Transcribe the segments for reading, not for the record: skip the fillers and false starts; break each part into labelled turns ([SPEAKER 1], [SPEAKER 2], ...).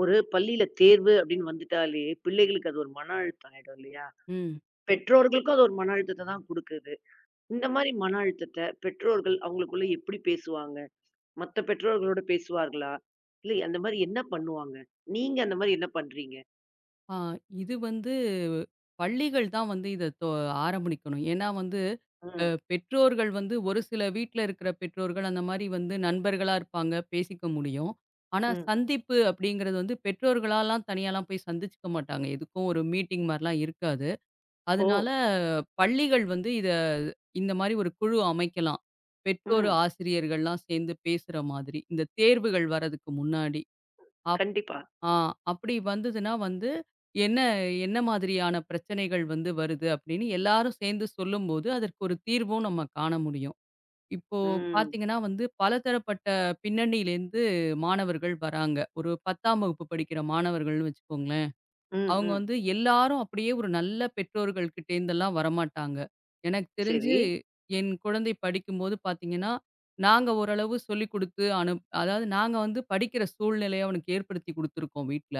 [SPEAKER 1] ஒரு பள்ளியில தேர்வு அப்படின்னு வந்துட்டாலே, பிள்ளைகளுக்கு அது ஒரு மன அழுத்தம் ஆயிடும் இல்லையா?
[SPEAKER 2] ம்.
[SPEAKER 1] பெற்றோர்களுக்கும் அது ஒரு மன அழுத்தத்த தான் குடுக்குது. இந்த மாரி மன அழுத்தத்த பெற்றோர்கள் அவங்களுக்குள்ள எப்படி பேசுவாங்க? மத்த பெற்றோர்களோட பேசுவார்களா? இல்ல அந்த மாரி என்ன பண்ணுவாங்க? நீங்க அந்த மாரி என்ன பண்றீங்க?
[SPEAKER 2] ஆ இது வந்து பள்ளிகள் தான் வந்து இத ஆரம்பிக்கணும். ஏன்னா வந்து அ
[SPEAKER 1] ம்,
[SPEAKER 2] பெற்றோர்கள் வந்து ஒரு சில வீட்ல இருக்கிற பெற்றோர்கள் அந்த மாரி வந்து நண்பர்களா இருப்பாங்க, பேசிக்க முடியும். ஆனா
[SPEAKER 1] ம்.
[SPEAKER 2] சந்திப்பு அப்படிங்கிறது வந்து பெற்றோர்களாலாம் தனியாலாம் போய் சந்திச்சுக்க மாட்டாங்க. எதுக்கும் ஒரு மீட்டிங் மாரிலாம் இருக்காது.
[SPEAKER 1] ஓ!
[SPEAKER 2] அதனால பள்ளிகள் வந்து இந்த மாரி ஒரு குழு அமைக்கலாம். பெற்றோர்,
[SPEAKER 1] ம்.
[SPEAKER 2] ஆசிரியர்கள்லாம் சேர்ந்து பேசுற மாதிரி. இந்த தேர்வுகள் வர்றதுக்கு முன்னாடி.
[SPEAKER 1] கண்டிப்பா.
[SPEAKER 2] ஆ அப்படி வந்ததுன்னா வந்து, என்ன என்ன மாதிரியான பிரச்சனைகள் வந்து வருது அப்படின்னு எல்லாரும் சேர்ந்து சொல்லும்போது, அதற்கு ஒரு தீர்வும் நம்ம காண முடியும். இப்போ
[SPEAKER 1] ம்.
[SPEAKER 2] பார்த்தீங்கன்னா வந்து, பலதரப்பட்ட பின்னணியிலேருந்து மாணவர்கள் வராங்க. ஒரு 10ஆம் வகுப்பு படிக்கிற மாணவர்கள்னு வச்சுக்கோங்களேன்.
[SPEAKER 1] ம்,
[SPEAKER 2] அவங்க
[SPEAKER 1] ம்.
[SPEAKER 2] வந்து எல்லாரும் அப்படியே ஒரு நல்ல பெற்றோர்கள் கிட்டேருந்தெல்லாம் வரமாட்டாங்க. எனக்கு தெரிஞ்சு
[SPEAKER 1] சரி.
[SPEAKER 2] என் குழந்தை படிக்கும்போது பார்த்தீங்கன்னா, நாங்க ஓரளவு சொல்லிக் குடுத்து அதாவது நாங்க வந்து படிக்கிற சூழ்நிலைய அவனுக்கு ஏற்படுத்தி குடுத்துருக்கோம் வீட்ல.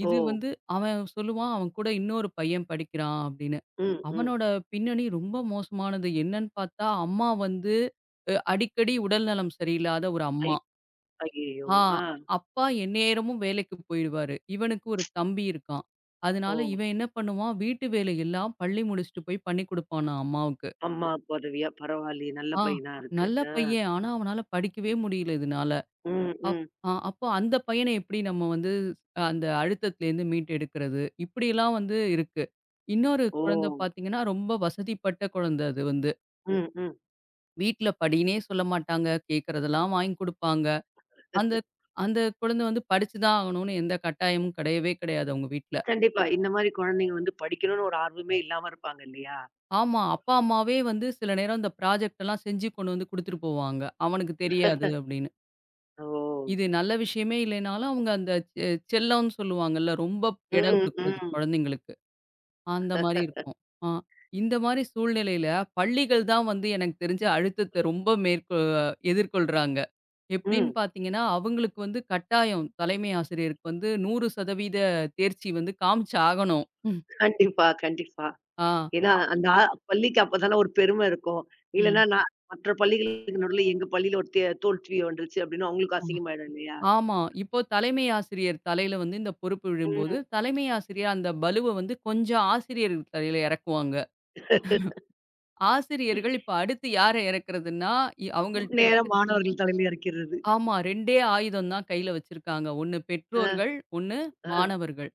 [SPEAKER 1] ஓ!
[SPEAKER 2] இது வந்து அவன் சொல்லுவான், அவன் கூட இன்னொரு பையன் படிக்கிறான் அப்படின்னு.
[SPEAKER 1] ம், ம்.
[SPEAKER 2] அவனோட பின்னணி ரொம்ப மோசமானது. என்னன்னு பார்த்தா, அம்மா வந்து அடிக்கடி உடல்நலம் சரியில்லாத ஒரு
[SPEAKER 1] ஐ
[SPEAKER 2] அம்மா.
[SPEAKER 1] ஐயய்யோ!
[SPEAKER 2] ஆ
[SPEAKER 1] ஆ.
[SPEAKER 2] அப்பா எந்நேரமும் வேலைக்கு போயிடுவாரு. இவனுக்கு ஒரு தம்பி இருக்கான்.
[SPEAKER 1] ஓ!
[SPEAKER 2] அதனால இவன் என்ன பண்ணுவான், வீட்டு வேலை எல்லாம் பள்ளி முடிச்சுட்டு போய் பண்ணி குடுப்பானாம் அம்மாவுக்கு.
[SPEAKER 1] அம்மாவுக்கு உதவியா பரவாயில்லையே! நல்ல
[SPEAKER 2] ஆ
[SPEAKER 1] பையனா இருக்கு.
[SPEAKER 2] நல்ல
[SPEAKER 1] ஆ.
[SPEAKER 2] பையன். ஆனா அவனால படிக்கவே முடியல இதனால.
[SPEAKER 1] ம்,
[SPEAKER 2] அப்
[SPEAKER 1] ம்.
[SPEAKER 2] அப்போ அந்த பையன எப்படி நம்ம வந்து அந்த அழுத்தத்துலேருந்து மீட்டு எடுக்கிறது? இப்படிலாம் வந்து இருக்கு. இன்னொரு
[SPEAKER 1] ஓ!
[SPEAKER 2] குழந்தை பார்த்தீங்கன்னா, ரொம்ப வசதிப்பட்ட குழந்தை அது வந்து.
[SPEAKER 1] ம், ம்.
[SPEAKER 2] வீட்ல படின்னே சொல்ல மாட்டாங்க. கேட்கறதெல்லாம் வாங்கி குடுப்பாங்க. அந்த அந்த குழந்தை வந்து படிச்சு தான் ஆகணும்னு எந்த கட்டாயமும் கிடையவே கிடையாது அவங்க வீட்ல.
[SPEAKER 1] கண்டிப்பா. இந்த மாரி குழந்தைங்க வந்து படிக்கணும்னு ஒரு ஆர்வமே இல்லாம இருப்பாங்க இல்லையா?
[SPEAKER 2] ஆமா, அப்பா, அம்மாவே வந்து சில நேரம் இந்த ப்ராஜெக்ட் எல்லாம் செஞ்சு கொண்டு வந்து குடுத்துட்டு போவாங்க. அவனுக்கு தெரியாது அப்படின்னு.
[SPEAKER 1] ஓ!
[SPEAKER 2] இது நல்ல விஷயமே இல்லைனாலும் அவங்க அந்த செ செல்லம்னு சொல்லுவாங்கல்ல, ரொம்ப இடம் குடுக்கறது
[SPEAKER 1] ம்,
[SPEAKER 2] குழந்தைங்களுக்கு. அந்த மாரி
[SPEAKER 1] ம்.
[SPEAKER 2] இருக்கும். ஆ. இந்த மாரி சூழ்நிலையில பள்ளிகள் தான் வந்து எனக்கு தெரிஞ்சு அழுத்தத்த ரொம்ப எதிர்கொள்றாங்க. எப்படின்னு
[SPEAKER 1] ம்.
[SPEAKER 2] பார்த்தீங்கன்னா, அவங்களுக்கு வந்து கட்டாயம் தலைமை ஆசிரியருக்கு வந்து 100% தேர்ச்சி வந்து காமிச்சு ஆகணும்.
[SPEAKER 1] கண்டிப்பா, கண்டிப்பா.
[SPEAKER 2] ஆ.
[SPEAKER 1] ஏன்னா அந்த பள்ளிக்கு அப்பதானே ஒரு பெருமை இருக்கும்.
[SPEAKER 2] ம்.
[SPEAKER 1] இல்லன்னா நான் மற்ற பள்ளிகளுக்கு நடுவுல எங்க பள்ளியில ஒரு தோல்வி வந்துருச்சு அப்படின்னு அவங்களுக்கு
[SPEAKER 2] ஆ.
[SPEAKER 1] அசிங்கமாயிடும் இல்லையா?
[SPEAKER 2] ஆமா. இப்போ தலைமை ஆசிரியர் தலையில வந்து இந்த பொறுப்பு விழும்போது,
[SPEAKER 1] ம்.
[SPEAKER 2] தலைமை ஆசிரியர் அந்த பளுவ வந்து கொஞ்சம் ஆசிரியர்கள் தலையில இறக்குவாங்க. ஆசிரியர்கள் இப்ப அடுத்து யார இறக்குறதுன்னா, அவங்கள்ட்ட
[SPEAKER 1] நேரா
[SPEAKER 2] இருக்க.
[SPEAKER 1] மாணவர்கள் தலையில இறக்கிறது.
[SPEAKER 2] ஆமா. 2டே ஆயுதம் தான் கையில வச்சிருக்காங்க. ஒண்ணு
[SPEAKER 1] ஆ,
[SPEAKER 2] பெற்றோர்கள், ஒண்ணு
[SPEAKER 1] ஆ.
[SPEAKER 2] மாணவர்கள்.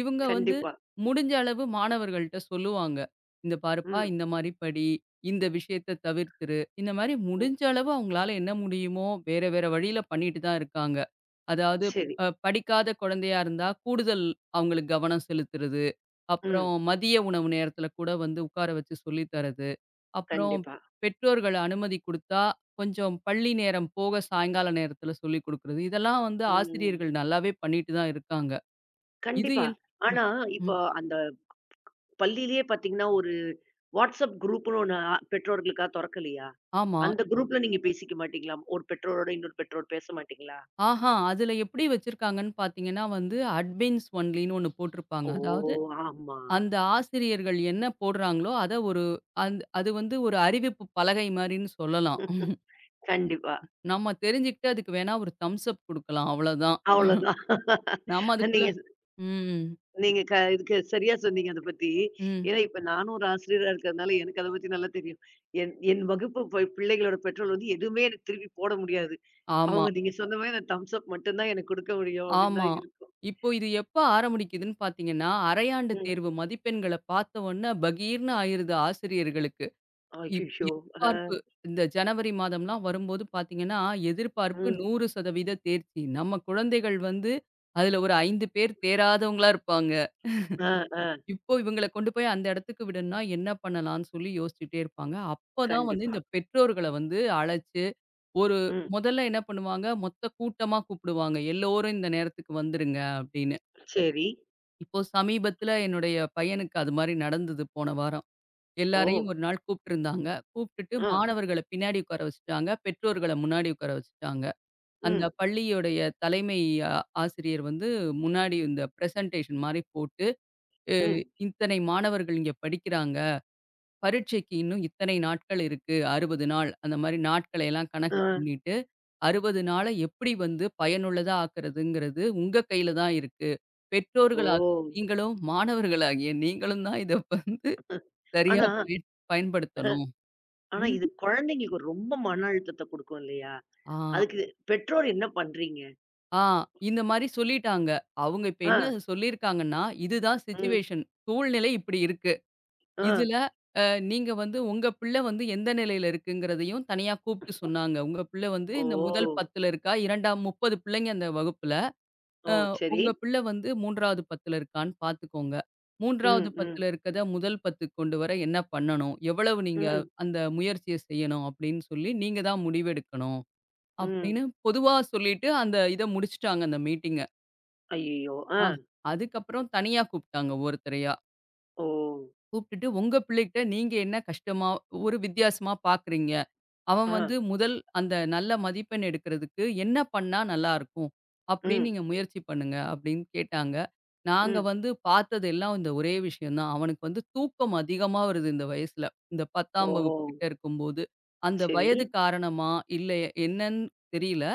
[SPEAKER 2] இவுங்க வந்து
[SPEAKER 1] கண்டிப்பா.
[SPEAKER 2] முடிஞ்ச அளவு மாணவர்கள்ட்ட சொல்லுவாங்க. "இந்த பாருப்பா,
[SPEAKER 1] ம்,
[SPEAKER 2] இந்த மாரி படி, இந்த விஷயத்த தவிர்த்துரு." இந்த மாரி
[SPEAKER 1] ம்.
[SPEAKER 2] முடிஞ்ச அளவு அவங்களால என்ன முடியுமோ, வேற வேற வழியில பண்ணிட்டு தான் இருக்காங்க. அதாவது
[SPEAKER 1] சரி.
[SPEAKER 2] படிக்காத குழந்தையா இருந்தா, கூடுதல் அவங்களுக்கு கவனம் செலுத்துறது.
[SPEAKER 1] ம்.
[SPEAKER 2] அப்புறம் மதிய உணவு நேரத்தில கூட வந்து உட்கார வச்சு சொல்லி தர்றது. அப்புறம்
[SPEAKER 1] கண்டிப்பா.
[SPEAKER 2] பெற்றோர்கள் அனுமதி குடுத்தா, கொஞ்சம் பள்ளி நேரம் போக சாயங்கால நேரத்தில சொல்லிக் குடுக்குறது. இதெல்லாம் வந்து
[SPEAKER 1] ம்.
[SPEAKER 2] ஆசிரியர்கள் நல்லாவே பண்ணிட்டு தான் இருக்காங்க. இது
[SPEAKER 1] கண்டிப்பா.
[SPEAKER 2] எல்
[SPEAKER 1] ஆனா,
[SPEAKER 2] ம்.
[SPEAKER 1] இப்போ அந்த பள்ளியிலேயே பார்த்தீங்கன்னா, ஒரு WhatsApp குரூப்ன்னு ஒண்ணு பெற்றோர்களுக்கா தொறக்கலையா?
[SPEAKER 2] ஆமா.
[SPEAKER 1] அந்த குரூப்ல நீங்க பேசிக்க மாட்டீங்களா? ஒரு பெற்றோரோட இன்னொரு பெற்றோர் பேச மாட்டீங்களா?
[SPEAKER 2] ஆஹா! அதில எப்படி வச்சிருக்காங்கன்னு பார்த்தீங்கன்னா வந்து, அட்மின்ஸ் ஒன்லின்னு ஒண்ணு போட்டிருப்பாங்க.
[SPEAKER 1] ஓ!
[SPEAKER 2] அதாவது
[SPEAKER 1] ஆமா.
[SPEAKER 2] அந்த ஆசிரியர்கள் என்ன போடுறாங்களோ, அத ஒரு அது வந்து ஒரு அறிவிப்பு பலகை மாரின்னு சொல்லலாம்.
[SPEAKER 1] கண்டிப்பா.
[SPEAKER 2] நம்ம தெரிஞ்சுக்கிட்டு அதுக்கு வேணா ஒரு தம்ஸ் அப் குடுக்கலாம். அவ்வளோதான்.
[SPEAKER 1] அவ்வளோதான்.
[SPEAKER 2] நம்ம அதுக்குள்ள.
[SPEAKER 1] நீங்க
[SPEAKER 2] ம்,
[SPEAKER 1] நீங்க க இதுக்கு சரியா சொன்னீங்க அத பத்தி.
[SPEAKER 2] ம்.
[SPEAKER 1] ஏன்னா, இப்ப நானும் ஒரு ஆசிரியரா இருக்கிறதுனால எனக்கு அத பத்தி நல்லா தெரியும். என் என் வகுப்பு பிள்ளைகளோட பெற்றோர் வந்து எதுவுமே எனக்கு திருப்பி போட முடியாது.
[SPEAKER 2] ஆமா.
[SPEAKER 1] அவங்க நீங்க சொன்ன மாரி அந்த தம்ஸ் அப் மட்டும் தான் எனக்கு குடுக்க முடியும் அப்படின்னு
[SPEAKER 2] ஆமா.
[SPEAKER 1] தான் இருக்கும்.
[SPEAKER 2] இப்போ இது எப்ப ஆரம்பிக்குதுன்னு பார்த்தீங்கன்னா, அரையாண்டு
[SPEAKER 1] ம்.
[SPEAKER 2] தேர்வு மதிப்பெண்கள பார்த்த உடனே பகீர்னு ஆயிருது ஆசிரியர்களுக்கு.
[SPEAKER 1] அய்யய்யோ! ஆ.
[SPEAKER 2] எதிர்பார்ப்பு இந்த ஜனவரி மாதம்லாம் வரும்போது பார்த்தீங்கன்னா, எதிர்பார்ப்பு
[SPEAKER 1] ம்.
[SPEAKER 2] 100% தேர்ச்சி. நம்ம குழந்தைகள் வந்து அதுல ஒரு 5 பேர் தேராதவங்களா இருப்பாங்க.
[SPEAKER 1] ஆ, ஆ.
[SPEAKER 2] இப்போ இவங்கள கொண்டு போய் அந்த இடத்துக்கு விடணும்னா என்ன பண்ணலாம்ன்னு சொல்லி யோசிச்சுட்டே இருப்பாங்க. அப்பதான் வந்து
[SPEAKER 1] கண்டிப்பா.
[SPEAKER 2] இந்த பெற்றோர்கள வந்து அழைச்சு, ஒரு
[SPEAKER 1] ம்.
[SPEAKER 2] முதல்ல என்ன பண்ணுவாங்க, மொத்த கூட்டமா கூப்பிடுவாங்க. எல்லோரும் இந்த நேரத்துக்கு வந்துருங்க அப்படின்னு.
[SPEAKER 1] சரி.
[SPEAKER 2] இப்போ சமீபத்துல என்னுடைய பையனுக்கு அது மாரி நடந்தது போன வாரம்.
[SPEAKER 1] ஓ!
[SPEAKER 2] எல்லாரையும் ஒரு நாள் கூப்ட்டுருந்தாங்க. கூப்ட்டுட்டு
[SPEAKER 1] ஆ.
[SPEAKER 2] மாணவர்கள பின்னாடி உட்கார வச்சுட்டாங்க. பெற்றோர்கள முன்னாடி உட்கார வச்சுட்டாங்க. அந்த
[SPEAKER 1] ம்.
[SPEAKER 2] பள்ளியுடைய தலைமை அ ஆசிரியர் வந்து முன்னாடி இந்த பிரசன்டேஷன் மாரி போட்டு, "அ
[SPEAKER 1] ம்.
[SPEAKER 2] இத்தனை மாணவர்கள் இங்க படிக்கிறாங்க. பரீட்சைக்கு இன்னும் இத்தனை நாட்கள் இருக்கு. 60 நாள்." அந்த மாரி நாட்களை எல்லாம் கணக்கு
[SPEAKER 1] ஆ.
[SPEAKER 2] பண்ணிட்டு 60 நாள எப்படி வந்து பயனுள்ளதா ஆக்குறதுங்கிறது உங்க கையில தான் இருக்கு.
[SPEAKER 1] ஓ!
[SPEAKER 2] பெற்றோர்களாகிய நீங்களும், மாணவர்களாகிய நீங்களும் தான் இத வந்து சரியா
[SPEAKER 1] ஆனா
[SPEAKER 2] பயன்படுத்தணும்.
[SPEAKER 1] ஆனா
[SPEAKER 2] உங்
[SPEAKER 1] இது குழந்தைங்களுக்கு ரொம்ப மன அழுத்தத்த குடுக்கும் இல்லையா?
[SPEAKER 2] ஆ,
[SPEAKER 1] அதுக்கு பெற்றோர் என்ன பண்றீங்க?
[SPEAKER 2] ஆ இந்த மாரி சொல்லிட்டாங்க. அவங்க இப்ப
[SPEAKER 1] ஆ.
[SPEAKER 2] என்ன சொல்லியிருக்காங்கன்னா, இதுதான்
[SPEAKER 1] ம்.
[SPEAKER 2] சிச்சுவேஷன் சூழ்நிலை இப்படி இருக்கு.
[SPEAKER 1] ஆ.
[SPEAKER 2] இதுல அ நீங்க வந்து உங்க பிள்ளை வந்து எந்த நிலையில இருக்குங்கிறதையும் தனியா கூப்ட்டு சொன்னாங்க. உங்க பிள்ளை வந்து
[SPEAKER 1] ஓ!
[SPEAKER 2] இந்த முதல் 10ல இருக்கா? 2ஆம் 30 பிள்ளைங்க அந்த வகுப்புல. அ
[SPEAKER 1] ஓ! சரி.
[SPEAKER 2] உங்க பிள்ளை வந்து 3வது 10ல இருக்கான்னு பார்த்துக்கோங்க.
[SPEAKER 1] ம்.
[SPEAKER 2] 3வது
[SPEAKER 1] ம்.
[SPEAKER 2] 10ல இருக்கத முதல் 10க்கு கொண்டு வர என்ன பண்ணணும்? எவ்வளவு நீங்க
[SPEAKER 1] ம்.
[SPEAKER 2] அந்த முயற்சிய செய்யணும்? அப்படின்னு சொல்லி நீங்க தான் முடிவெடுக்கணும்.
[SPEAKER 1] ம்.
[SPEAKER 2] அப்படின்னு பொதுவா சொல்லிட்டு அந்த இத முடிச்சுட்டாங்க அந்த மீட்டிங்க.
[SPEAKER 1] ஐயய்யோ! ஆ.
[SPEAKER 2] ஆ அதுக்கப்புறம் தனியா கூப்ட்டாங்க ஒவ்வொருத்தரையா.
[SPEAKER 1] ஓ!
[SPEAKER 2] கூப்ட்டுட்டு உங்க பிள்ளைகிட்ட நீங்க என்ன கஷ்டமா ஒரு வித்தியாசமா பார்க்குறீங்க? அவன்
[SPEAKER 1] ஆ.
[SPEAKER 2] வந்து முதல் அந்த நல்ல மதிப்பெண் எடுக்கிறதுக்கு என்ன பண்ணா நல்லாயிருக்கும்? அப்படின்னு
[SPEAKER 1] ம்.
[SPEAKER 2] நீங்க முயற்சி பண்ணுங்க அப்படின்னு கேட்டாங்க. நாங்க
[SPEAKER 1] ம்.
[SPEAKER 2] வந்து பார்த்தது எல்லாம் இந்த ஒரே விஷயம் தான். அவனுக்கு வந்து தூக்கம் அதிகமா வருது இந்த வயசுல. இந்த
[SPEAKER 1] ஓ!
[SPEAKER 2] 10ஆம் வகுப்பு கிட்ட இருக்கும்போது. அந்த
[SPEAKER 1] சரி.
[SPEAKER 2] வயது காரணமா? இல்ல என்னன்னு தெரியல.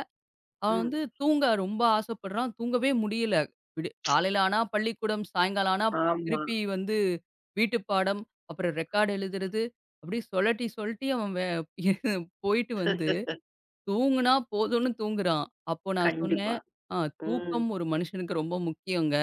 [SPEAKER 2] அவன்
[SPEAKER 1] ம்.
[SPEAKER 2] வந்து தூங்க ரொம்ப ஆசைப்படுறான். தூங்கவே முடியல. விடி காலையில ஆனா பள்ளிக்கூடம், சாயங்காலம் ஆனா
[SPEAKER 1] ஆமா.
[SPEAKER 2] திருப்பி வந்து வீட்டு பாடம், அப்புறம் ரெக்கார்ட் எழுதுறது. அப்படியே சொழட்டி சொழட்டி அவன் போயிட்டு வந்து தூங்குனா போதும்னு தூங்குறான். அப்போ நான்
[SPEAKER 1] கண்டிப்பா.
[SPEAKER 2] சொன்னேன், "ஆ
[SPEAKER 1] ம்.
[SPEAKER 2] தூக்கம் ஒரு மனுஷனுக்கு ரொம்ப முக்கியங்க.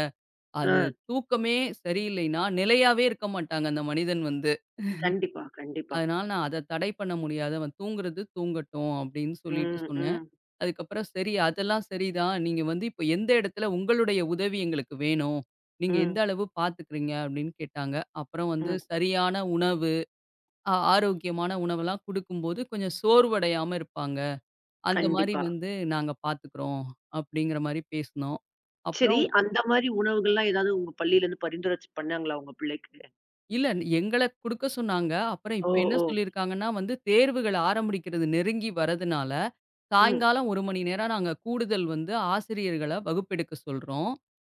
[SPEAKER 1] ஆ.
[SPEAKER 2] அது தூக்கமே சரியில்லைன்னா நிலையாவே இருக்க மாட்டாங்க அந்த மனிதன் வந்து.
[SPEAKER 1] கண்டிப்பா, கண்டிப்பா.
[SPEAKER 2] அதனால நான் அத தடை பண்ண முடியாது. அவன் தூங்குறது தூங்கட்டும்." அப்படின்னு சொல்லிட்டு
[SPEAKER 1] ம்.
[SPEAKER 2] சொன்னேன்.
[SPEAKER 1] ம்.
[SPEAKER 2] அதுக்கப்புறம் சரி அதெல்லாம் சரிதான். நீங்க வந்து இப்ப எந்த இடத்துல உங்களுடைய உதவி எங்களுக்கு வேணும். நீங்க எந்த
[SPEAKER 1] ம்.
[SPEAKER 2] அளவு பார்த்துக்கிறீங்க அப்படின்னு கேட்டாங்க. அப்புறம் வந்து
[SPEAKER 1] ம்.
[SPEAKER 2] சரியான உணவு, ஆரோக்கியமான உணவெல்லாம் குடுக்கும்போது கொஞ்சம் சோர்வடையாம இருப்பாங்க. அந்த மாரி
[SPEAKER 1] கண்டிப்பா.
[SPEAKER 2] வந்து நாங்க பார்த்துக்கிறோம் அப்படிங்கிற மாரி பேசுனோம்.
[SPEAKER 1] சரி,
[SPEAKER 2] அப்புறம்
[SPEAKER 1] அந்த மாரி உணவுகள்லாம் ஏதாவது உங்க பள்ளியிலருந்து பரிந்துரை பண்ணாங்களா உங்க பிள்ளைக்கு?
[SPEAKER 2] இல்ல, எங்கள குடுக்க சொன்னாங்க. அப்புறம்
[SPEAKER 1] ஓ!
[SPEAKER 2] இப்ப என்ன
[SPEAKER 1] ஓ!
[SPEAKER 2] சொல்லியிருக்காங்கன்னா வந்து தேர்வுகள் ஆரம்பிக்கிறது நெருங்கி வரதுனால,
[SPEAKER 1] ம்.
[SPEAKER 2] சாயங்காலம் 1 மணி நேரம் நாங்க கூடுதல் வந்து ஆசிரியர்கள வகுப்பெடுக்க சொல்றோம்.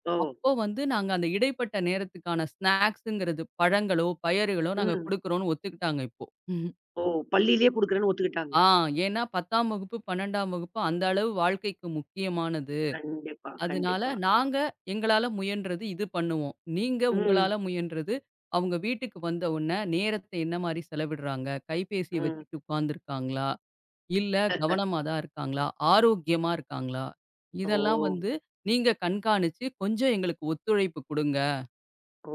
[SPEAKER 1] ஓ!
[SPEAKER 2] அப்போ வந்து நாங்க அந்த இடைப்பட்ட நேரத்துக்கான ஸ்நாக்ஸ்ங்கிறது பழங்களோ, பயறுகளோ நாங்க
[SPEAKER 1] ம்.
[SPEAKER 2] குடுக்குறோம்னு ஒத்துக்கிட்டாங்க இப்போ. ம்ஹும்.
[SPEAKER 1] ஓ! பள்ளியிலேயே குடுக்குறேன்னு ஒத்துக்கிட்டாங்க.
[SPEAKER 2] ஆ ஏன்னா 10ஆம் வகுப்பு, 12ஆம் வகுப்பு அந்த அளவு வாழ்க்கைக்கு முக்கியமானது.
[SPEAKER 1] கண்டிப்பா,
[SPEAKER 2] அதனால
[SPEAKER 1] கண்டிப்பா.
[SPEAKER 2] நாங்க எங்களால முயன்றது இது பண்ணுவோம். நீங்க
[SPEAKER 1] ம்.
[SPEAKER 2] உங்களால முயன்றது, அவங்க வீட்டுக்கு வந்த உடனே நேரத்த என்ன மாரி செலவிடுறாங்க? கைபேசிய
[SPEAKER 1] ம்.
[SPEAKER 2] வச்சுட்டு உட்கார்ந்துருக்காங்களா? இல்ல கவனமா தான் இருக்காங்களா? ஆரோக்கியமா இருக்காங்களா?
[SPEAKER 1] ஓ!
[SPEAKER 2] இதெல்லாம் வந்து நீங்க கண்காணிச்சு கொஞ்சம் எங்களுக்கு ஒத்துழைப்பு குடுங்க.
[SPEAKER 1] ஓ!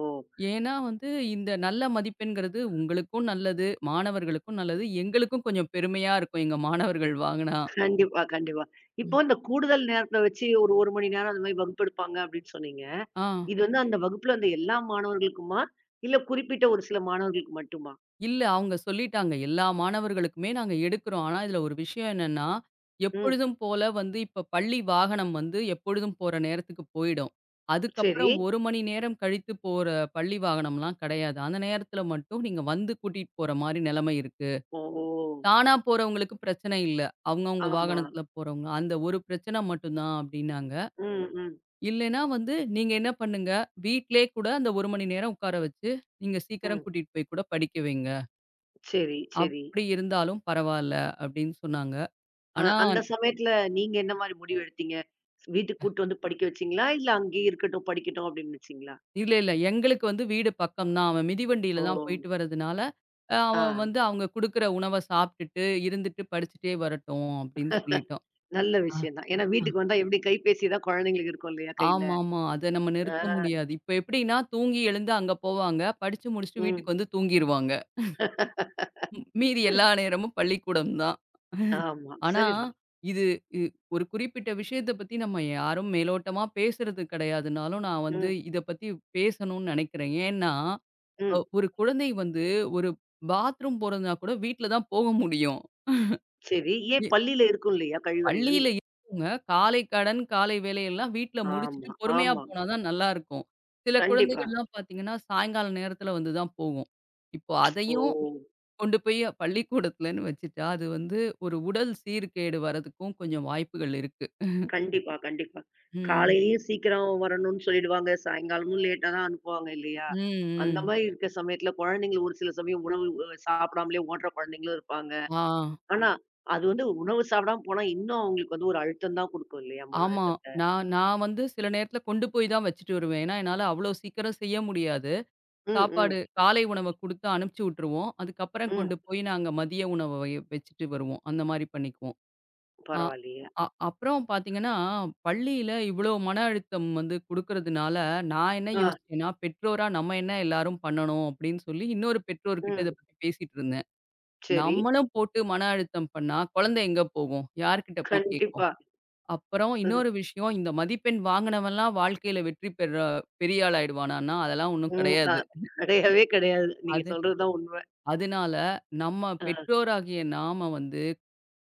[SPEAKER 2] ஏன்னா வந்து, இந்த நல்ல மதிப்பெண்ங்கிறது உங்களுக்கும் நல்லது, மாணவர்களுக்கும் நல்லது, எங்களுக்கும் கொஞ்சம் பெருமையா இருக்கும் எங்க மாணவர்கள் வாங்குனா.
[SPEAKER 1] கண்டிப்பா, கண்டிப்பா.
[SPEAKER 2] ம்.
[SPEAKER 1] இப்போ இந்த கூடுதல் நேரத்த வச்சு ஒரு 1 மணி நேரம் அந்த மாரி வகுப்பு எடுப்பாங்க அப்படின்னு சொன்னீங்க.
[SPEAKER 2] ஆ
[SPEAKER 1] இது வந்து அந்த வகுப்புல அந்த எல்லா மாணவர்களுக்குமா? இல்ல குறிப்பிட்ட ஒரு சில மாணவர்களுக்கு மட்டுமா?
[SPEAKER 2] இல்ல அவங்க சொல்லிட்டாங்க, எல்லா மாணவர்களுக்குமே நாங்க எடுக்கிறோம். ஆனா இதுல ஒரு விஷயம் என்னன்னா,
[SPEAKER 1] ம்.
[SPEAKER 2] எப்பொழுதும் போல வந்து இப்ப பள்ளி வாகனம் வந்து எப்பொழுதும் போற நேரத்துக்கு போயிடும்.
[SPEAKER 1] சரி.
[SPEAKER 2] அதுக்கப்புறம் 1 மணி நேரம் கழித்து போற பள்ளி வாகனம்லாம் கிடையாது. அந்த நேரத்துல மட்டும் நீங்க வந்து கூட்டிட்டு போற மாரி நிலைமை இருக்கு.
[SPEAKER 1] ஓ!
[SPEAKER 2] தானா போறவங்களுக்கு பிரச்சனை இல்ல. அவங்கவங்க
[SPEAKER 1] ஆமா.
[SPEAKER 2] வாகனத்துல போறவங்க. அந்த ஒரு பிரச்சனை மட்டும் தான் அப்டின்னாங்க.
[SPEAKER 1] ம், ம்,
[SPEAKER 2] இல்லைன்னா வந்து நீங்க என்ன பண்ணுங்க, வீட்லயே கூட அந்த 1 மணி நேரம் உட்கார வச்சு, நீங்க சீக்கிரம்
[SPEAKER 1] ம்.
[SPEAKER 2] கூட்டிட்டு போய் கூட படிக்க வைங்க.
[SPEAKER 1] சரி, சரி.
[SPEAKER 2] அப்படி இருந்தாலும் பரவால்ல அப்படின்னு சொன்னாங்க. ஆனா
[SPEAKER 1] அந்த சமயத்துல நீங்க என்ன மாரி முடிவு எடுத்தீங்க? வீட்டுக்கு கூட்டு வந்து படிக்க வச்சீங்களா? இல்ல அங்கேயே இருக்கட்டும், படிக்கட்டும் அப்படின்னு வச்சீங்களா?
[SPEAKER 2] இல்ல, இல்ல எங்களுக்கு வந்து வீடு பக்கம் தான். அவன் மிதிவண்டியில
[SPEAKER 1] ஓ!
[SPEAKER 2] தான் போயிட்டு வர்றதுனால,
[SPEAKER 1] ஆ,
[SPEAKER 2] அவன் வந்து அவங்க குடுக்குற உணவ சாப்ட்டுட்டு, இருந்துட்டு, படிச்சுட்டே வரட்டும் அப்படின்னு சொல்லிட்டோம்.
[SPEAKER 1] நல்ல விஷயம் தான். ஏன்னா
[SPEAKER 2] அ.
[SPEAKER 1] வீட்டுக்கு வந்தா எப்படி கைபேசி தான் குழந்தைங்களுக்கு இருக்கும் இல்லையா கையில?
[SPEAKER 2] ஆமாமா. அத நம்ம
[SPEAKER 1] ஆ,
[SPEAKER 2] நிறுத்த முடியாது. இப்ப எப்படின்னா, தூங்கி எழுந்து அங்க போவாங்க. படிச்சு முடிச்சுட்டு
[SPEAKER 1] ம்.
[SPEAKER 2] வீட்டுக்கு வந்து தூங்கிருவாங்க. மீதி எல்லா நேரமும் பள்ளிக்கூடம் தான்.
[SPEAKER 1] ஆமா,
[SPEAKER 2] ஆனா,
[SPEAKER 1] சரிதான்.
[SPEAKER 2] இது இ ஒரு குறிப்பிட்ட விஷயத்த பத்தி நம்ம யாரும் மேலோட்டமா பேசுறது கிடையாதுனாலும், நான் வந்து
[SPEAKER 1] ம்,
[SPEAKER 2] இத பத்தி பேசணும்னு நெனைக்கிறேன். ஏன்னா,
[SPEAKER 1] ம்.
[SPEAKER 2] ஒரு குழந்தை வந்து ஒரு பாத்ரூம் போறதுனா கூட வீட்ல தான் போக முடியும்.
[SPEAKER 1] சரி.
[SPEAKER 2] எ
[SPEAKER 1] ஏன் பள்ளியில இருக்கும் இல்லையா கழிவறைகள்?
[SPEAKER 2] பள்ளியில இருக்கவங்க, காலை கடன், காலை வேலையெல்லாம் வீட்ல முடிச்சுட்டு
[SPEAKER 1] ஆமா,
[SPEAKER 2] பொறுமையா
[SPEAKER 1] ஆமா.
[SPEAKER 2] போனா தான் நல்லாருக்கும். சில
[SPEAKER 1] கண்டிப்பா.
[SPEAKER 2] குழந்தைகள்லாம் பார்த்தீங்கன்னா, சாயங்கால நேரத்தில வந்து தான் போகும். இப்போ
[SPEAKER 1] ஓ!
[SPEAKER 2] அதையும் கொண்டு போய் பள்ளிக்கூடத்துலன்னு வச்சுட்டா, அது வந்து ஒரு உடல் சீர்கேடு வரதுக்கும் கொஞ்சம் வாய்ப்புகள் இருக்கு.
[SPEAKER 1] கண்டிப்பா, கண்டிப்பா.
[SPEAKER 2] ம்.
[SPEAKER 1] காலையிலயும் சீக்கிரம் வரணும்னு சொல்லிடுவாங்க. சாயங்காலமும் லேட்டா தான் அனுப்புவாங்க இல்லையா?
[SPEAKER 2] ம்,
[SPEAKER 1] அந்த
[SPEAKER 2] ம்.
[SPEAKER 1] மாரி இருக்க சமயத்துல குழந்தைங்கள ஒரு சில சமயம் உணவு சாப்பிடாமலே ஓடுற குழந்தைங்களும் இருப்பாங்க.
[SPEAKER 2] ஆ.
[SPEAKER 1] ஆனா, அது வந்து உணவு சாப்பிடாம போனா இன்னும் அவங்களுக்கு வந்து ஒரு அழுத்தம் தான் குடுக்கும் இல்லையா? மன
[SPEAKER 2] ஆமா.
[SPEAKER 1] அழுத்தத்த.
[SPEAKER 2] நான் நான் வந்து சில நேரத்தில கொண்டு போய் தான் வச்சுட்டு வருவேன். ஏன்னா, என்னால அவ்வளோ சீக்கிரம் செய்ய முடியாது.
[SPEAKER 1] ம்,
[SPEAKER 2] சாப்பாடு
[SPEAKER 1] ம்,
[SPEAKER 2] காலை உணவ குடுத்து அனுப்பிச்சு விட்டுருவோம். அதுக்கப்புறம்
[SPEAKER 1] ம்.
[SPEAKER 2] கொண்டு போய் நாங்க மதிய உணவ வச்சுட்டு வருவோம். அந்த மாரி பண்ணிக்குவோம். அ
[SPEAKER 1] பரவாயில்லையே.
[SPEAKER 2] அ அப்புறம் பார்த்தீங்கன்னா, பள்ளியில இவ்வளோ மன அழுத்தம் வந்து குடுக்கறதுனால, நான் என்ன
[SPEAKER 1] ஆ,
[SPEAKER 2] யோசிச்சேன்னா, பெற்றோரா நம்ம என்ன எல்லாரும் பண்ணணும் அப்படின்னு சொல்லி இன்னொரு பெற்றோர்கிட்ட
[SPEAKER 1] ம்.
[SPEAKER 2] இத பத்தி பேசிட்டு இருந்தேன்.
[SPEAKER 1] சரி.
[SPEAKER 2] நம்மளும் போட்டு மன அழுத்தம் பண்ணா, குழந்தை எங்க போகும்? யார்கிட்ட போய் கேட்கும்?
[SPEAKER 1] கண்டிப்பா.
[SPEAKER 2] அப்புறம் இன்னொரு விஷயம், இந்த மதிப்பெண் வாங்குனவன்லாம் வாழ்க்கையில வெற்றி பெற பெரிய ஆள் ஆயிடுவானான்னா, அதெல்லாம் ஒண்ணும்
[SPEAKER 1] ம்.
[SPEAKER 2] கிடையாது.
[SPEAKER 1] கிடையவே கிடையாது. நீங்க
[SPEAKER 2] அது
[SPEAKER 1] சொல்றது தான் உண்ம.
[SPEAKER 2] அதனால நம்ம
[SPEAKER 1] ஆ,
[SPEAKER 2] பெற்றோராகிய நாம வந்து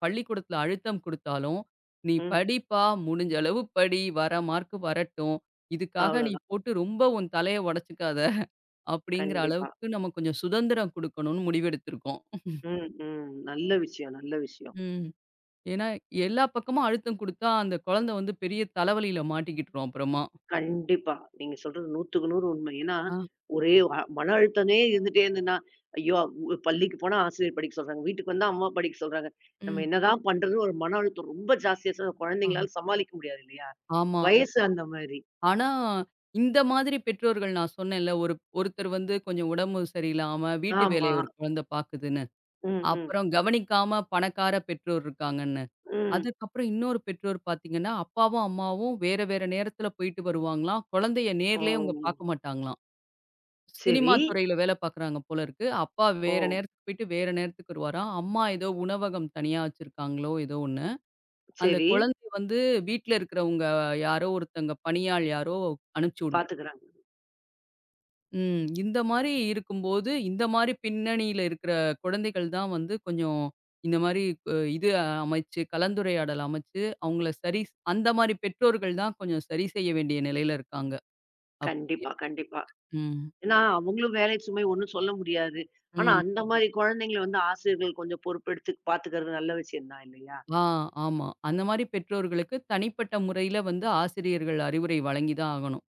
[SPEAKER 2] பள்ளிக்கூடத்துல அழுத்தம் குடுத்தாலும், "நீ
[SPEAKER 1] ம்.
[SPEAKER 2] படிப்பா, முடிஞ்ச அளவு படி, வர மார்க் வரட்டும். இதுக்காக நீ
[SPEAKER 1] அவ்வளோதான்.
[SPEAKER 2] போட்டு ரொம்ப உன் தலைய உடைச்சுக்காத" அப்படிங்கிற
[SPEAKER 1] கண்டிப்பா.
[SPEAKER 2] அளவுக்கு நம்ம கொஞ்சம் சுதந்திரம் குடுக்கணும்னு முடிவெடுத்திருக்கோம்.
[SPEAKER 1] ம், ம். நல்ல விஷயம், நல்ல விஷயம்.
[SPEAKER 2] ம். ஏன்னா, எல்லா பக்கமும் அழுத்தம் குடுத்தா, அந்த குழந்தை வந்து பெரிய தலைவலியில மாட்டிக்கிட்டுரும் அப்புறமா.
[SPEAKER 1] கண்டிப்பா. நீங்க சொல்றது 100க்கு 100 உண்மை. ஏன்னா,
[SPEAKER 2] ஆ.
[SPEAKER 1] ஒரே மன அழுத்தமே இருந்துட்டே இருந்தேன்னா, ஐயோ! பள்ளிக்கு போனா ஆசிரியர் படிக்க சொல்றாங்க. வீட்டுக்கு வந்தா அம்மா படிக்க சொல்றாங்க. நம்ம
[SPEAKER 2] ம்.
[SPEAKER 1] என்னதான் பண்றதுன்னு ஒரு மன அழுத்தம் ரொம்ப ஜாஸ்தியா
[SPEAKER 2] ஆ.
[SPEAKER 1] குழந்தைங்களால சமாளிக்க முடியாது இல்லையா?
[SPEAKER 2] ஆமா.
[SPEAKER 1] வயசு கண்டிப்பா. அந்த மாரி.
[SPEAKER 2] ஆனா, இந்த மாதிரி பெற்றோர்கள் நான் சொன்னேன்ல, ஒரு ஒருத்தர் வந்து கொஞ்சம் உடம்பு சரியில்லாம, வீட்டு
[SPEAKER 1] ஆமா.
[SPEAKER 2] வேலைய ஒரு குழந்தை பாக்குதுன்னு.
[SPEAKER 1] ம், ம்,
[SPEAKER 2] அப்புறம் கவனிக்காம பணக்கார பெற்றோர் இருக்காங்கன்னு.
[SPEAKER 1] ம்.
[SPEAKER 2] அதுக்கப்புறம் இன்னொரு பெற்றோர் பார்த்தீங்கன்னா, அப்பாவும், அம்மாவும் வேற வேற நேரத்தில போயிட்டு வருவாங்களாம். குழந்தைய
[SPEAKER 1] ஓ!
[SPEAKER 2] நேர்லயே அவங்க பார்க்க மாட்டாங்களாம். சினிமா
[SPEAKER 1] சரி.
[SPEAKER 2] துறையில வேல பார்க்குறாங்க போல இருக்கு. அப்பா
[SPEAKER 1] ஓ!
[SPEAKER 2] வேற நேரத்துக்கு போயிட்டு வேற நேரத்துக்கு வருவாராம். அம்மா ஏதோ உணவகம் தனியா வச்சிருக்காங்களோ ஏதோ ஒண்ணு. அந்த
[SPEAKER 1] சரி.
[SPEAKER 2] குழந்தை வந்து வீட்ல இருக்கிறவங்க யாரோ ஒருத்தங்க பணியாள் யாரோ அனுப்பிச்சு.
[SPEAKER 1] பாத்துக்குறாங்க.
[SPEAKER 2] ம். இந்த மாரி இருக்கும்போது, இந்த மாரி பின்னணியில இருக்கிற குழந்தைகள் தான் வந்து கொஞ்சம் இந்த மாரி அ இது அமைச்சு, கலந்துரையாடல் அமைச்சு, அவங்கள சரி அந்த மாரி பெற்றோர்கள் தான் கொஞ்சம் சரி செய்ய வேண்டிய நிலையில இருக்காங்க. அப்டி
[SPEAKER 1] கண்டிப்பா, கண்டிப்பா.
[SPEAKER 2] ம்.
[SPEAKER 1] ஏன்னா, அவங்களும் வேலை சுமை ஒண்ணும் சொல்ல முடியாது. ஆனா,
[SPEAKER 2] ம்.
[SPEAKER 1] அந்த மாரி கண்டிப்பா. குழந்தைங்கள வந்து ஆசிரியர்கள் கொஞ்சம் பொறுப்பெடுத்து பாத்துக்கிறது நல்ல விஷயம் தான் இல்லையா?
[SPEAKER 2] ஆ ஆமா. அந்த மாரி பெற்றோர்களுக்கு தனிப்பட்ட முறையில வந்து ஆசிரியர்கள் அறிவுரை வழங்கி தான் ஆகணும்.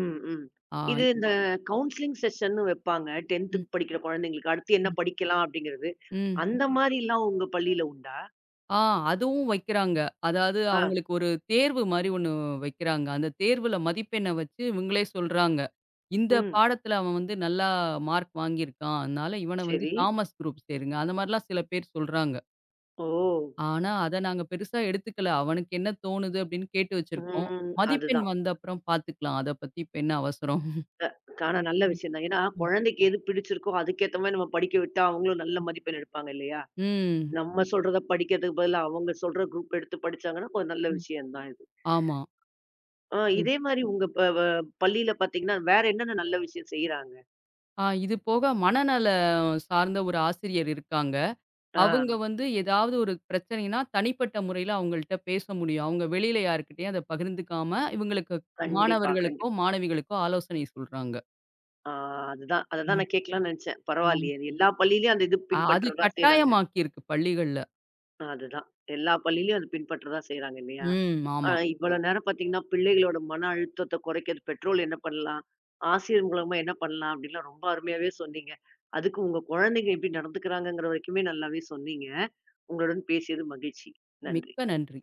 [SPEAKER 1] ம், ம்.
[SPEAKER 2] ஆ.
[SPEAKER 1] இது இந்த கவுன்சிலிங் செஷன்னு வைப்பாங்க.
[SPEAKER 2] ம்.
[SPEAKER 1] 10த்துக்கு படிக்கிற குழந்தைங்களுக்கு அடுத்து என்ன
[SPEAKER 2] ம்.
[SPEAKER 1] படிக்கலாம் அப்படிங்கிறது.
[SPEAKER 2] ம்.
[SPEAKER 1] அந்த மாரிலாம் உங்க பள்ளியில உண்டா?
[SPEAKER 2] ஆ அதுவும் வைக்கிறாங்க. அதாவது
[SPEAKER 1] ஆ.
[SPEAKER 2] அவங்களுக்கு ஒரு தேர்வு மாரி ஒண்ணு வைக்கிறாங்க. அந்த தேர்வுல மதிப்பெண்ண வச்சு இவங்களே சொல்றாங்க. இந்த
[SPEAKER 1] ம்.
[SPEAKER 2] பாடத்துல அவன் வந்து நல்லா மார்க் வாங்கியிருக்கான். அதனால இவன வந்து
[SPEAKER 1] சரி.
[SPEAKER 2] காமர்ஸ் குரூப் சேருங்க. அந்த மாரிலாம் சில பேர் சொல்றாங்க.
[SPEAKER 1] ஓ!
[SPEAKER 2] ஆனா அத நாங்க பெருசா எடுத்துக்கல. அவனுக்கு என்ன தோணுது அப்படின்னு கேட்டு வச்சிருக்கோம்.
[SPEAKER 1] ம்.
[SPEAKER 2] மதிப்பெண்
[SPEAKER 1] அதுதான்.
[SPEAKER 2] வந்த அப்புறம் பாத்துக்கலாம். அத பத்தி இப்ப என்ன அவசரம்?
[SPEAKER 1] அ ஆனா நல்ல
[SPEAKER 2] ம்,
[SPEAKER 1] விஷயம் தான். ஏன்னா
[SPEAKER 2] ம்.
[SPEAKER 1] குழந்தைக்கு எது பிடிச்சிருக்கோ அதுக்கேத்த மாரி நம்ம படிக்க விட்டா அவங்களும் நல்ல மதிப்பெண் எடுப்பாங்க இல்லையா?
[SPEAKER 2] ம்.
[SPEAKER 1] நம்ம சொல்றத படிக்கிறதுக்கு பதிலா அவங்க சொல்ற குரூப் எடுத்து படிச்சாங்கன்னா கொஞ்சம் நல்ல
[SPEAKER 2] ம்.
[SPEAKER 1] விஷயம் தான் இது.
[SPEAKER 2] ஆமா.
[SPEAKER 1] ஆ இதே மாரி உங்க ப வ பள்ளியில பார்த்தீங்கன்னா, வேற என்னென்ன நல்ல விஷயம் செய்றாங்க?
[SPEAKER 2] இது போக மனநல சார்ந்த ஒரு ஆசிரியர் இருக்காங்க.
[SPEAKER 1] ஆ.
[SPEAKER 2] அவங்க வந்து ஏதாவது ஒரு பிரச்சனைன்னா, தனிப்பட்ட முறையில அவங்கள்ட்ட பேச முடியும். அவங்க வெளியில யார்கிட்டயும் அத பகிர்ந்துக்காம, இவங்களுக்கு
[SPEAKER 1] கண்டிப்பா,
[SPEAKER 2] மாணவர்களுக்கோ,
[SPEAKER 1] கண்டிப்பா.
[SPEAKER 2] மாணவிகளுக்கோ ஆலோசனை சொல்றாங்க.
[SPEAKER 1] ஆ அதுதான்,
[SPEAKER 2] ஆ,
[SPEAKER 1] அததான் நான் கேட்கலாம்னு நெனச்சேன்.
[SPEAKER 2] ஆ.
[SPEAKER 1] பரவாயில்லையே! அது எல்லா பள்ளியிலயும் அந்த இது
[SPEAKER 2] அது
[SPEAKER 1] பின்பற்றதா செய்றாங்க.
[SPEAKER 2] கட்டாயமாக்கியிருக்கு பள்ளிகள்ல.
[SPEAKER 1] ஆ, அதுதான். எல்லா பள்ளியிலயும் அது பின்பற்றதான் செய்றாங்க இல்லையா?
[SPEAKER 2] ம்.
[SPEAKER 1] ஆ
[SPEAKER 2] ஆமா.
[SPEAKER 1] இவ்வளோ நேரம் பார்த்தீங்கன்னா, பிள்ளைகளோட மன அழுத்தத்த குறைக்கிறது பெற்றோர் என்ன பண்ணலாம்? ஆசிரியர் மூலமா என்ன பண்ணலாம்? அப்படின்லாம் ரொம்ப அருமையாவே சொன்னீங்க. அதுக்கு உங்க குழந்தைங்க எப்படி நடந்துக்கிறாங்கங்கிற வரைக்குமே நல்லாவே சொன்னீங்க. உங்களுடன் பேசியது மகிழ்ச்சி. நன்றி.
[SPEAKER 2] மிக்க நன்றி.